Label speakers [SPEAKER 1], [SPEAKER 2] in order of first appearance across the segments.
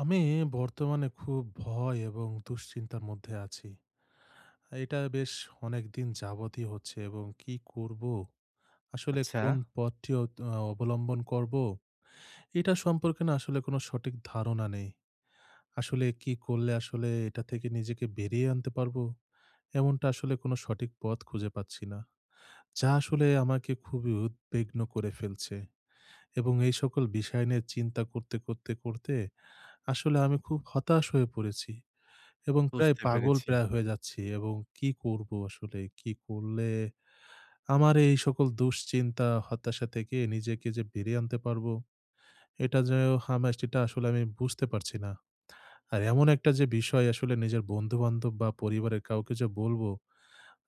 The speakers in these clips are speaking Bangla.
[SPEAKER 1] আমি বর্তমানে খুব ভয় এবং দুশ্চিন্তার মধ্যে আছি। এটা বেশ অনেকদিন যাবতই হচ্ছে এবং কি করব? আসলে
[SPEAKER 2] আচ্ছা,
[SPEAKER 1] কোন পথটি অবলম্বন করব? এটা সম্পর্কে না আসলে কোনো সঠিক ধারণা নেই। আসলে কি করলে আসলে এটা থেকে নিজেকে বেরিয়ে আনতে পারবো? এমনটা আসলে কোনো সঠিক পথ খুঁজে পাচ্ছি না। যা আসলে আমাকে খুবই উদ্বিগ্ন করে ফেলছে, এবং এই সকল বিষয় নিয়ে চিন্তা করতে, করতে, করতে আসলে আমি খুব হতাশ হয়ে পড়েছি। এবং প্রায়
[SPEAKER 2] বুঝতে
[SPEAKER 1] পাগল
[SPEAKER 2] পেরেছি।
[SPEAKER 1] প্রায় হয়ে যাচ্ছি, এবং কি করব আসলে? কি করলে আমার এই সকল দুশ্চিন্তা, হতাশা থেকে নিজেকে যে বেরিয়ে আনতে পারবো, এটা যে আমার, সেটা আসলে আমি বুঝতে পারছি না। আর এমন একটা যে বিষয়, আসলে নিজের বন্ধু-বান্ধব বা পরিবারের কাউকে যে বলবো,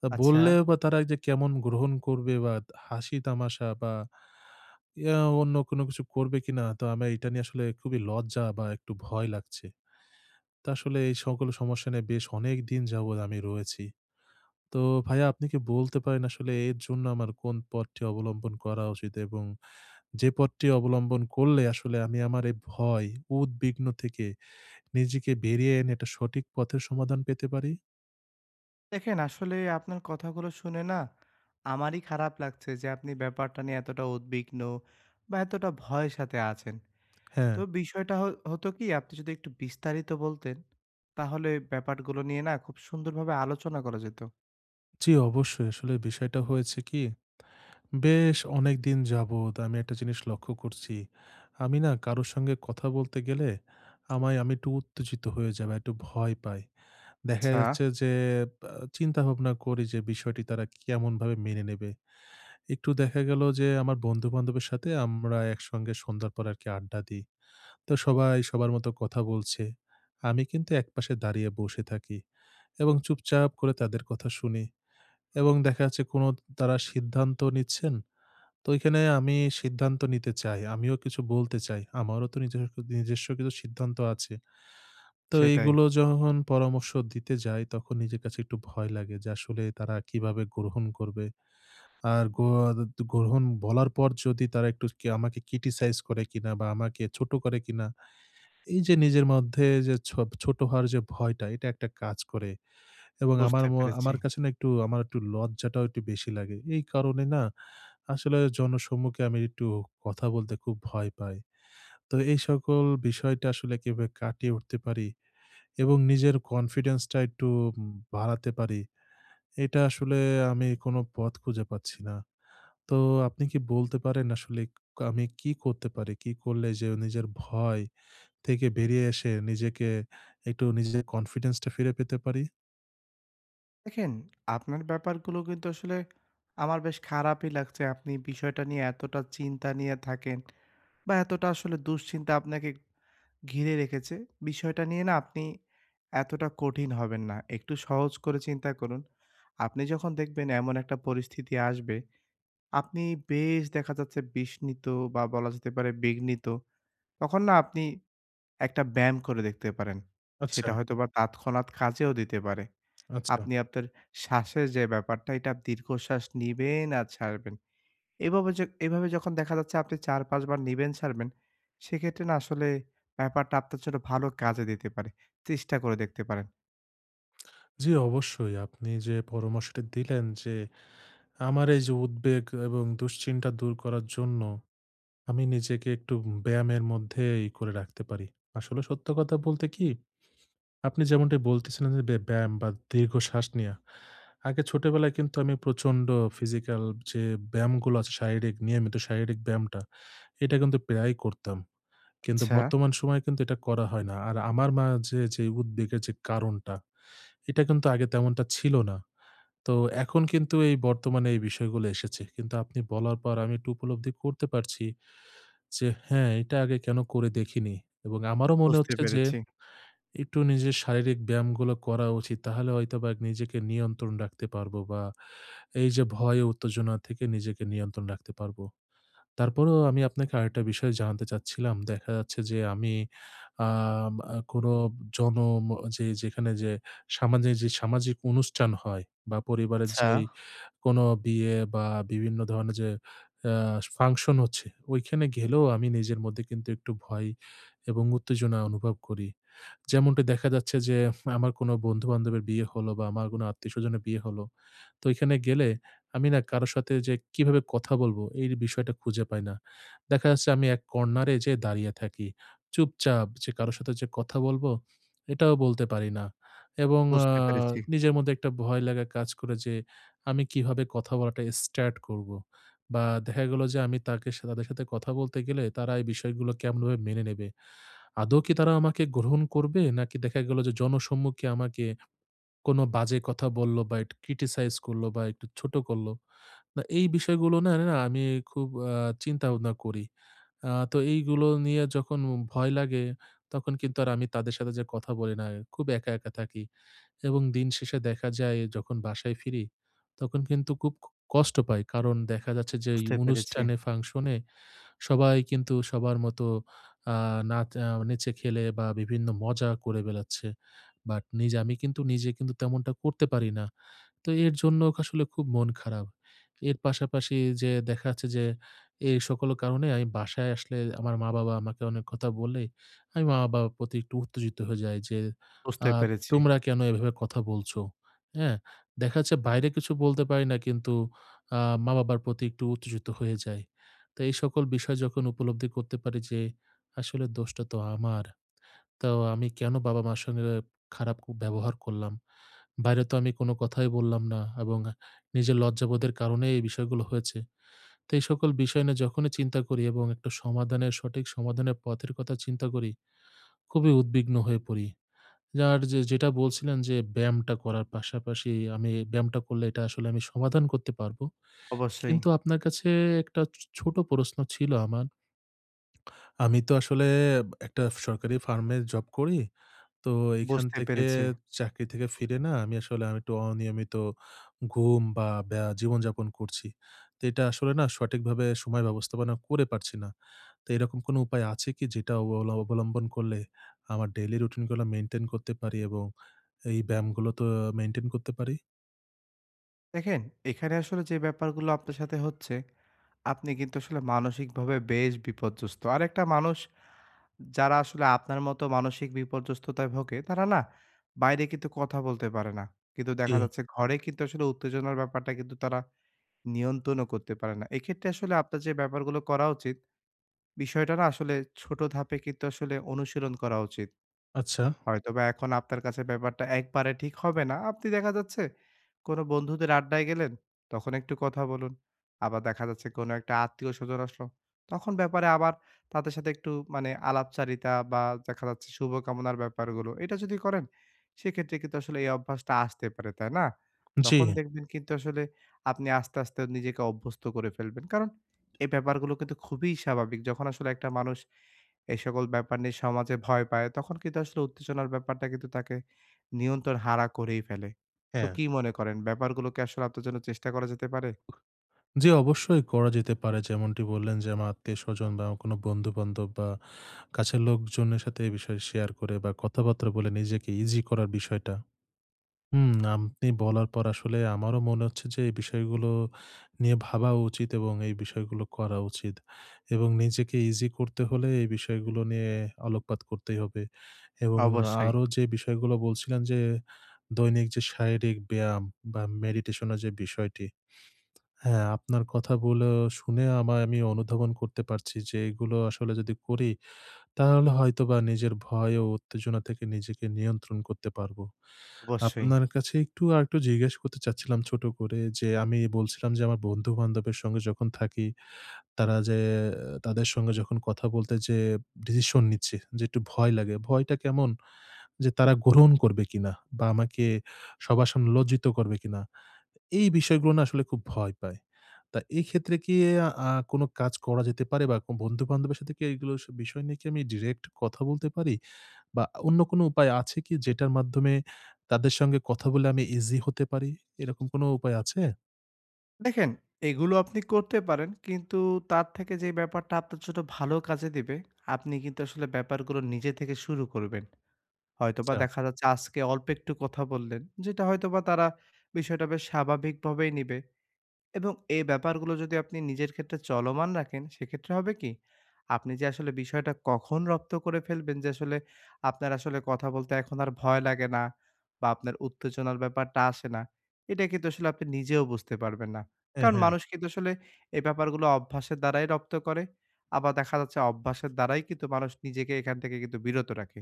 [SPEAKER 1] তা
[SPEAKER 2] আচ্ছা,
[SPEAKER 1] বললেও বা তারা যে কেমন গ্রহণ করবে, বা হাসি-তামাশা বা অন্য কোনো কিছু করবে কিনা? তো আমি এটা নিয়ে আসলে খুবই লজ্জা বা একটু ভয় লাগছে। তো আসলে এই সকল সমস্যা নিয়ে বেশ অনেকদিন যাবৎ আমি রয়েছি। তো ভাইয়া, আপনি কি বলতে পারেন আসলে এর জন্য আমার কোন পথটি অবলম্বন করা উচিত? এবং যে পথটি অবলম্বন করলে আসলে আমি আমার এই ভয়, উদ্বিগ্ন থেকে নিজেকে বেরিয়ে এনে একটা সঠিক পথের সমাধান পেতে পারি?
[SPEAKER 2] দেখেন আসলে আপনার কথাগুলো শুনে না আমারই খারাপ লাগছে যে আপনি ব্যাপারটা নিয়ে এতটা উদ্বিগ্ন বা এতটা ভয়ের সাথে আছেন।
[SPEAKER 1] হ্যাঁ,
[SPEAKER 2] তো বিষয়টা হতো কি আপনি যদি একটু বিস্তারিত বলতেন, তাহলে ব্যাপারগুলো নিয়ে না খুব সুন্দরভাবে আলোচনা করা যেত।
[SPEAKER 1] জি অবশ্যই। আসলে বিষয়টা হয়েছে কি? বেশ অনেকদিন যাবৎ আমি একটা জিনিস লক্ষ্য করছি। আমি না কারো সঙ্গে কথা বলতে গেলে আমি একটু উত্তেজিত হয়ে যাই বা একটু ভয় পাই। দেখা
[SPEAKER 2] আচ্ছা,
[SPEAKER 1] যাচ্ছে যে, আ চিন্তা ভাবনা করি যে বিষয়টি তারা কেমনভাবে মেনে নেবে? একটু দেখা গেল যে আমার বন্ধু-বান্ধবের সাথে আমরা একসঙ্গে সন্ধ্যার পর আরকি আড্ডা দিই। তো সবাই সবার মতো কথা বলছে। আমি কিন্তু একপাশে দাঁড়িয়ে বসে থাকি এবং চুপচাপ করে তাদের কথা শুনি, এবং দেখা যাচ্ছে তারা সিদ্ধান্ত নিচ্ছেন। তো ঐখানে আমি সিদ্ধান্ত নিতে চাই। আমিও কিছু বলতে চাই। আমারও তো নিজস্ব নিজস্ব কিছু সিদ্ধান্ত আছে। তো
[SPEAKER 2] সেটাই।
[SPEAKER 1] এইগুলো যখন পরামর্শ দিতে যাই তখন নিজের কাছে একটু ভয় লাগে যে আসলে তারা কিভাবে গ্রহণ করবে? আর গ্রহণ বলার পর যদি তারা একটু কি আমাকে criticize করে কিনা বা আমাকে ছোট করে কিনা, এই যে নিজের মধ্যে যে ছোট হওয়ার যে ভয়টা, এটা একটা কাজ করে, এবং আমার
[SPEAKER 2] বুঝতে
[SPEAKER 1] ম
[SPEAKER 2] পেরেছি।
[SPEAKER 1] আমার কাছে না একটু আমার একটু লজ্জাটাও একটু বেশি লাগে। এই কারণে না আসলে জনসম্মুখে আমি একটু কথা বলতে খুব ভয় পাই। তো এই সকল বিষয়টা আসলে কিভাবে কাটিয়ে উঠতে পারি এবং নিজের কনফিডেন্সটা একটু বাড়াতে পারি, এটা আসলে আমি কোনো পথ খুঁজে পাচ্ছি না। তো আপনি কি বলতে পারেন আসলে আমি কি করতে পারি? কি করলে যে নিজের ভয় থেকে বেরিয়ে এসে নিজেকে একটু নিজের কনফিডেন্স টা ফিরে পেতে পারি?
[SPEAKER 2] দেখেন, আপনার ব্যাপারগুলো কিন্তু আসলে আমার বেশ খারাপই লাগছে। আপনি বিষয়টা নিয়ে এতটা চিন্তা নিয়ে থাকেন বা এতটা আসলে দুশ্চিন্তা আপনাকে ঘিরে রেখেছে। বিষয়টা নিয়ে না আপনি এতটা কঠিন হবেন না। একটু সহজ করে চিন্তা করুন। আপনি যখন দেখবেন এমন একটা পরিস্থিতি আসবে, আপনি বেশ দেখা যাচ্ছে বিস্মিত বা বলা যেতে পারে বিঘ্নিত। তখন না আপনি একটা ব্যায়াম করে দেখতে পারেন।
[SPEAKER 1] আচ্ছা,
[SPEAKER 2] সেটা হয়তোবা তৎক্ষণাৎ কাজেও দিতে পারে।
[SPEAKER 1] আচ্ছা।
[SPEAKER 2] আপনি আপনার শ্বাসের যে ব্যাপারটা, এটা দীর্ঘশ্বাস নিবেন আর ছাড়বেন। এভাবে য এভাবে যখন দেখা যাচ্ছে আপনি ৪-৫ বার নিবেন, ছাড়বেন, সেক্ষেত্রে না আসলে ব্যাপারটা আপনার জন্য ভালো কাজে দিতে পারে। চেষ্টা করে দেখতে পারেন।
[SPEAKER 1] জি, অবশ্যই। আপনি যে পরামর্শটি দিলেন যে আমার এই যে উদ্বেগ এবং দুশ্চিন্তা দূর করার জন্য আমি নিজেকে একটু ব্যায়ামের মধ্যেই করে রাখতে পারি। আসলে সত্য কথা বলতে কি, আপনি যেমনটি বলতেছিলেন যে, ব্যায়াম বা দীর্ঘ শ্বাস নেয়া। আগে ছোটবেলায় কিন্তু আমি প্রচন্ড ফিজিক্যাল, যে ব্যায়ামগুলো আছে শারীরিক, নিয়মিত শারীরিক ব্যায়ামটা, এটা কিন্তু প্রায়ই করতাম। কিন্তু
[SPEAKER 2] আচ্ছা,
[SPEAKER 1] বর্তমান সময়ে কিন্তু এটা করা হয় না। আর আমার যে উদ্বেগের যে কারণটা, এটা কিন্তু আগে তেমনটা ছিল না। তো এখন কিন্তু এই বর্তমানে এই বিষয়গুলো এসেছে। কিন্তু আপনি বলার পর আমি একটু উপলব্ধি করতে পারছি যে, হ্যাঁ, এটা আগে কেন করে দেখিনি? এবং আমারও মনে
[SPEAKER 2] বুঝতে
[SPEAKER 1] হচ্ছে যে
[SPEAKER 2] পেরেছি।
[SPEAKER 1] একটু নিজের শারীরিক ব্যায়ামগুলো করা উচিত। তাহলে হয়তোবা নিজেকে নিয়ন্ত্রণ রাখতে পারবো, বা এই যে ভয় ও উত্তেজনা থেকে নিজেকে নিয়ন্ত্রণ রাখতে পারবো। তারপরেও আমি আপনাকে আরেকটা বিষয় জানাতে চাচ্ছিলাম। দেখা যাচ্ছে যে আমি আম আ কোনো জন ম যে যেখানে যে সামাজে যে সামাজিক অনুষ্ঠান হয় বা পরিবারের
[SPEAKER 2] আচ্ছা,
[SPEAKER 1] যেই কোনো বিয়ে বা বিভিন্ন ধরনের যে আ ফাংশন হচ্ছে, ওইখানে গেলেও আমি নিজের মধ্যে কিন্তু একটু ভয় এবং উত্তেজনা অনুভব করি। যেমনটি দেখা যাচ্ছে যে আমার কোনো বন্ধু-বান্ধবের বিয়ে হলো বা আমার কোনো আত্মীয়স্বজনের বিয়ে হলো। তো ঐখানে গেলে আমি না কারো সাথে যে কিভাবে কথা বলবো, এই বিষয়টা খুঁজে পাই না। দেখা যাচ্ছে আমি এক কর্নারে যেয়ে দাঁড়িয়ে থাকি। চুপচাপ যে কারো সাথে যে কথা বলবো, এটাও বলতে পারি না। এবং
[SPEAKER 2] বুঝতে পেরেছি,
[SPEAKER 1] নিজের মধ্যে একটা ভয় লাগা কাজ করে যে আমি কিভাবে কথা বলাটা স্টার্ট করব? বা দেখা গেল যে আমি তাকে সা তাদের সাথে কথা বলতে গেলে তারা এই বিষয়গুলো কেমনভাবে মেনে নেবে? আদৌ কি তারা আমাকে গ্রহণ করবে? নাকি দেখা গেল যে জনসম্মুখে আমাকে কোনো বাজে কথা বলল, বা একটু criticize করল বা একটু ছোট করল। না, এই বিষয়গুলো না, না আমি খুব চিন্তা-ভাবনা করি। তো এইগুলো নিয়ে যখন ভয় লাগে তখন কিন্তু আর আমি তাদের সাথে যে কথা বলি না। খুব একা, একা থাকি, এবং দিন শেষে দেখা যায় যখন বাসায় ফিরি তখন কিন্তু খুব কষ্ট পাই। কারণ দেখা যাচ্ছে যে এই
[SPEAKER 2] বুঝতে পেরেছি,
[SPEAKER 1] অনুষ্ঠানে, ফাংশনে সবাই কিন্তু সবার মতো আ নাচ আ নেচে খেলে বা বিভিন্ন মজা করে বেড়াচ্ছে। বাট আমি কিন্তু নিজে কিন্তু তেমনটা করতে পারি না। তো এর জন্য আসলে খুব মন খারাপ। এর পাশাপাশি যে দেখা যাচ্ছে যে এই সকল কারণে আমি বাসায় আসলে আমার মা-বাবা আমাকে অনেক কথা বলে, আমি মা-বাবার প্রতি একটু উত্তেজিত হয়ে যাই যে,
[SPEAKER 2] বুঝতে
[SPEAKER 1] আ
[SPEAKER 2] পেরেছি।
[SPEAKER 1] তোমরা কেন এভাবে কথা বলছো? হ্যাঁ? দেখা যাচ্ছে বাইরে কিছু বলতে পারি না কিন্তু আ মা-বাবার প্রতি একটু উত্তেজিত হয়ে যাই। তো এই সকল বিষয় যখন উপলব্ধি করতে পারি যে আসলে দোষটা তো আমার। তো আমি কেন বাবা-মার সঙ্গে খারাপ ব্যবহার করলাম? বাইরে তো আমি কোনো কথাই বললাম না, এবং নিজের লজ্জাবোধের কারণে এই বিষয়গুলো হয়েছে। তো এই সকল বিষয় নিয়ে যখনই চিন্তা করি এবং একটা সঠিক সমাধানের পথের কথা চিন্তা করি, খুবই উদ্বিগ্ন হয়ে পড়ি। আর যেটা বলছিলেন যে ব্যায়ামটা করার পাশাপাশি আমি ব্যায়ামটা করলে এটা আসলে আমি সমাধান করতে পারবো।
[SPEAKER 2] অবশ্যই,
[SPEAKER 1] কিন্তু আপনার কাছে একটা ছোট প্রশ্ন ছিল আমার। আমি তো আসলে একটা সরকারি ফার্মে জব করি। তো এখান
[SPEAKER 2] বুঝতে
[SPEAKER 1] থেকে
[SPEAKER 2] পেরেছি।
[SPEAKER 1] চাকরি থেকে ফিরে না আসলে আমি একটু অনিয়মিত ঘুম বা জীবনযাপন করছি। তো এটা আসলে না সঠিকভাবে সময় ব্যবস্থাপনা করে পারছি না। তো এরকম কোনো উপায় আছে কি, যেটা অবলম্বন করলে আমার ডেইলি রুটিন গুলো মেইনটেইন করতে পারি এবং এই ব্যায়ামগুলো তো মেইনটেইন করতে পারি?
[SPEAKER 2] দেখেন, এখানে আসলে যে ব্যাপারগুলো আপনার সাথে হচ্ছে, আপনি কিন্তু আসলে মানসিকভাবে বেশ বিপর্যস্ত। আরেকটা মানুষ যারা আসলে আপনার মতো মানসিক বিপর্যস্ততায় ভোগে তারা না বাইরে কিন্তু কথা বলতে পারে না। কিন্তু
[SPEAKER 1] জি,
[SPEAKER 2] দেখা যাচ্ছে ঘরে কিন্তু আসলে উত্তেজনার ব্যাপারটা কিন্তু তারা নিয়ন্ত্রণও করতে পারে না। এক্ষেত্রে আসলে আপনার যে ব্যাপারগুলো করা উচিত, বিষয়টা না আসলে ছোট ধাপে কিন্তু আসলে অনুশীলন করা উচিত।
[SPEAKER 1] আচ্ছা।
[SPEAKER 2] হয়তোবা এখন আপনার কাছে ব্যাপারটা একবারে ঠিক হবে না। আপনি দেখা যাচ্ছে কোনো বন্ধুদের আড্ডায় গেলেন, তখন একটু কথা বলুন। আবার দেখা যাচ্ছে কোনো একটা আত্মীয়স্বজন আসলো, তখন ব্যাপারে আবার তাদের সাথে একটু মানে আলাপচারিতা বা দেখা যাচ্ছে শুভকামনার ব্যাপারগুলো, এটা যদি করেন সেক্ষেত্রে কিন্তু আসলে এই অভ্যাসটা আসতে পারে, তাই না?
[SPEAKER 1] জি,
[SPEAKER 2] তখন দেখবেন কিন্তু আসলে আপনি আস্তে, আস্তে নিজেকে অভ্যস্ত করে ফেলবেন। কারণ এই ব্যাপারগুলো কিন্তু খুবই স্বাভাবিক। যখন আসলে একটা মানুষ এই সকল ব্যাপার নিয়ে সমাজে ভয় পায়, তখন কিন্তু আসলে উত্তেজনার ব্যাপারটা কিন্তু তাকে নিয়ন্ত্রণ হারা করেই ফেলে। তো
[SPEAKER 1] হ্যাঁ।
[SPEAKER 2] কি মনে করেন ব্যাপারগুলোকে আসলে আপনার জন্য চেষ্টা করা যেতে পারে?
[SPEAKER 1] জি, অবশ্যই করা যেতে পারে। যেমনটি বললেন যে, আমার আত্মীয়স্বজন বা আমার কোনো বন্ধু-বান্ধব বা কাছের লোকজনের সাথে এই বিষয়ে শেয়ার করে বা কথাবার্তা বলে নিজেকে ইজি করার বিষয়টা। হুম, আপনি বলার পর আসলে আমারও মনে হচ্ছে যে, এই বিষয়গুলো নিয়ে ভাবা উচিত এবং এই বিষয়গুলো করা উচিত। এবং নিজেকে ইজি করতে হলে এই বিষয়গুলো নিয়ে আলোকপাত করতেই হবে। এবং
[SPEAKER 2] অবশ্যই,
[SPEAKER 1] আরো যে বিষয়গুলো বলছিলেন যে, দৈনিক যে শারীরিক ব্যায়াম বা মেডিটেশন এর যে বিষয়টি, হ্যাঁ, আপনার কথাগুলো শুনে আমি অনুধাবন করতে পারছি যে এগুলো আসলে যদি করি তাহলে হয়তোবা নিজের ভয় ও উত্তেজনা থেকে নিজেকে নিয়ন্ত্রণ করতে পারবো।
[SPEAKER 2] অবশ্যই।
[SPEAKER 1] আপনার কাছে একটু আরেকটু জিজ্ঞেস করতে চাচ্ছিলাম ছোট করে, যে আমি বলছিলাম যে আমার বন্ধু-বান্ধবের সঙ্গে যখন থাকি, তারা যে তাদের সঙ্গে যখন কথা বলতে যেয়ে ডিসিশন নিচ্ছি, যে একটু ভয় লাগে। ভয়টা কেমন, যে তারা গ্রহণ করবে কিনা বা আমাকে সবার সামনে লজ্জিত করবে কিনা। এই বিষয়গুলো না আসলে খুব ভয় পাই। তা এই ক্ষেত্রে কি কোন কাজ করা যেতে পারে, বা বন্ধু-বান্ধবের সাথে কি এগুলো বিষয় নিয়ে কি আমি ডিরেক্ট কথা বলতে পারি? বা অন্য কোন উপায় আছে কি যেটার মাধ্যমে তাদের সঙ্গে কথা বলে আমি ইজি হতে পারি? এরকম কোন উপায় আছে?
[SPEAKER 2] দেখেন এগুলো আপনি করতে পারেন কিন্তু তার থেকে যে ব্যাপারটা আপনার জন্য ভালো কাজে দিবে, আপনি কিন্তু আসলে ব্যাপারগুলো নিজে থেকে শুরু করবেন। হয়তোবা
[SPEAKER 1] আচ্ছা।
[SPEAKER 2] দেখা যাচ্ছে আজকে অল্প একটু কথা বললেন, যেটা হয়তোবা তারা বিষয়টা বেশ স্বাভাবিকভাবেই নিবে। এবং এই ব্যাপারগুলো যদি আপনি নিজের ক্ষেত্রে চলমান রাখেন, সেক্ষেত্রে হবে কি? আপনি যে আসলে বিষয়টা কখন রপ্ত করে ফেলবেন যে আসলে আপনার আসলে কথা বলতে এখন আর ভয় লাগে না বা আপনার উত্তেজনার ব্যাপারটা আসে না, এটা কিন্তু আসলে আপনি নিজেও বুঝতে পারবেন না।
[SPEAKER 1] হ্যাঁ,
[SPEAKER 2] কারণ
[SPEAKER 1] হ্যাঁ।
[SPEAKER 2] মানুষ কিন্তু আসলে এই ব্যাপারগুলো অভ্যাসের দ্বারাই রপ্ত করে। আবার দেখা যাচ্ছে অভ্যাসের দ্বারাই কিন্তু মানুষ নিজেকে এখান থেকে কিন্তু বিরত রাখে।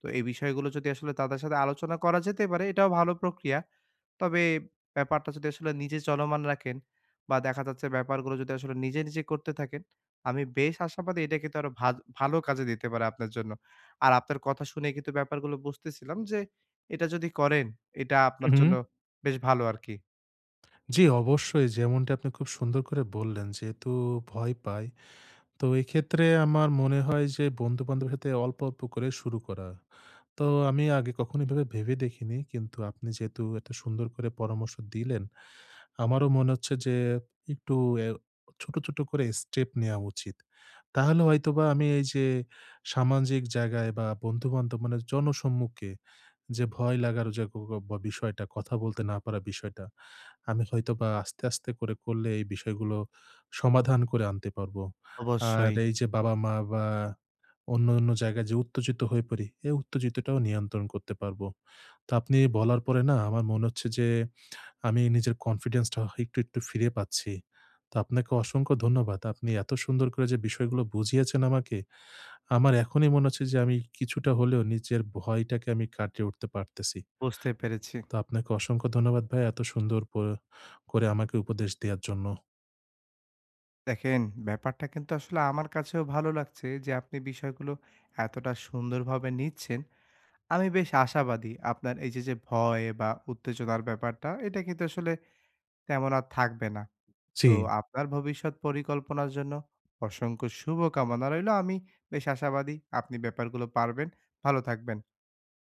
[SPEAKER 2] তো এই বিষয়গুলো যদি আসলে তাদের সাথে আলোচনা করা যেতে পারে, এটাও ভালো প্রক্রিয়া। তবে ব্যাপারটা যদি আসলে নিজে চলমান রাখেন বা দেখা যাচ্ছে ব্যাপারগুলো যদি আসলে নিজে, নিজে করতে থাকেন, আমি বেশ আশাবাদী এটা কিন্তু আরো ভালো কাজে দিতে পারে আপনার জন্য। আর আপনার কথা শুনে কিন্তু ব্যাপারগুলো বুঝতেছিলাম যে এটা যদি করেন, এটা
[SPEAKER 1] হু,
[SPEAKER 2] আপনার
[SPEAKER 1] হু।
[SPEAKER 2] জন্য বেশ ভালো আরকি।
[SPEAKER 1] জি, অবশ্যই। যেমনটি আপনি খুব সুন্দর করে বললেন, যেহেতু ভয় পাই, তো এক্ষেত্রে আমার মনে হয় যে বন্ধু-বান্ধবের সাথে অল্প, অল্প করে শুরু করা। তো আমি আগে কখনো এভাবে ভেবে দেখিনি। কিন্তু আপনি যেহেতু এত সুন্দর করে পরামর্শ দিলেন, আমারও মনে হচ্ছে যে একটু এ ছোট, ছোট করে স্টেপ নেওয়া উচিত। তাহলে হয়তোবা আমি এই যে সামাজিক জায়গায় বা বন্ধু-বান্ধব মানে জনসম্মুখে যে ভয় লাগার যে বা বিষয়টা, কথা বলতে না পারা বিষয়টা, আমি হয়তো বা আস্তে আস্তে করে করলে এই বিষয়গুলো সমাধান করে আনতে পারবো। আর
[SPEAKER 2] অবশ্যই।
[SPEAKER 1] এই যে বাবা মা বা অন্য অন্য জায়গায় যে উত্তেজিত হয়ে পড়ি, এই উত্তেজিতটাও নিয়ন্ত্রণ করতে পারবো। তো আপনি বলার পরে না আমার মনে হচ্ছে যে আমি নিজের কনফিডেন্সটা একটু একটু ফিরে পাচ্ছি। তো আপনাকে অসংখ্য ধন্যবাদ, আপনি এত সুন্দর করে যে বিষয়গুলো বুঝিয়েছেন আমাকে। আমার এখনই মনে হচ্ছে যে আমি কিছুটা হলেও নিজের ভয়টাকে আমি কাটিয়ে উঠতে পারতেছি।
[SPEAKER 2] বুঝতে পেরেছি।
[SPEAKER 1] তো আপনাকে অসংখ্য ধন্যবাদ ভাই, এত সুন্দর করে আমাকে উপদেশ দেওয়ার জন্য।
[SPEAKER 2] দেখেন ব্যাপারটা কিন্তু আসলে আমার কাছেও ভালো লাগছে যে আপনি বিষয়গুলো এতটা সুন্দরভাবে নিচ্ছেন। আমি বেশ আশাবাদী আপনার এই যে ভয় বা উত্তেজনার ব্যাপারটা এটা কিন্তু আসলে তেমন আর থাকবে না। তো
[SPEAKER 1] জি।
[SPEAKER 2] আপনার ভবিষ্যৎ পরিকল্পনার জন্য অসংখ্য শুভকামনা রইলো। আমি বেশ আশাবাদী আপনি ব্যাপারগুলো পারবেন। ভালো থাকবেন।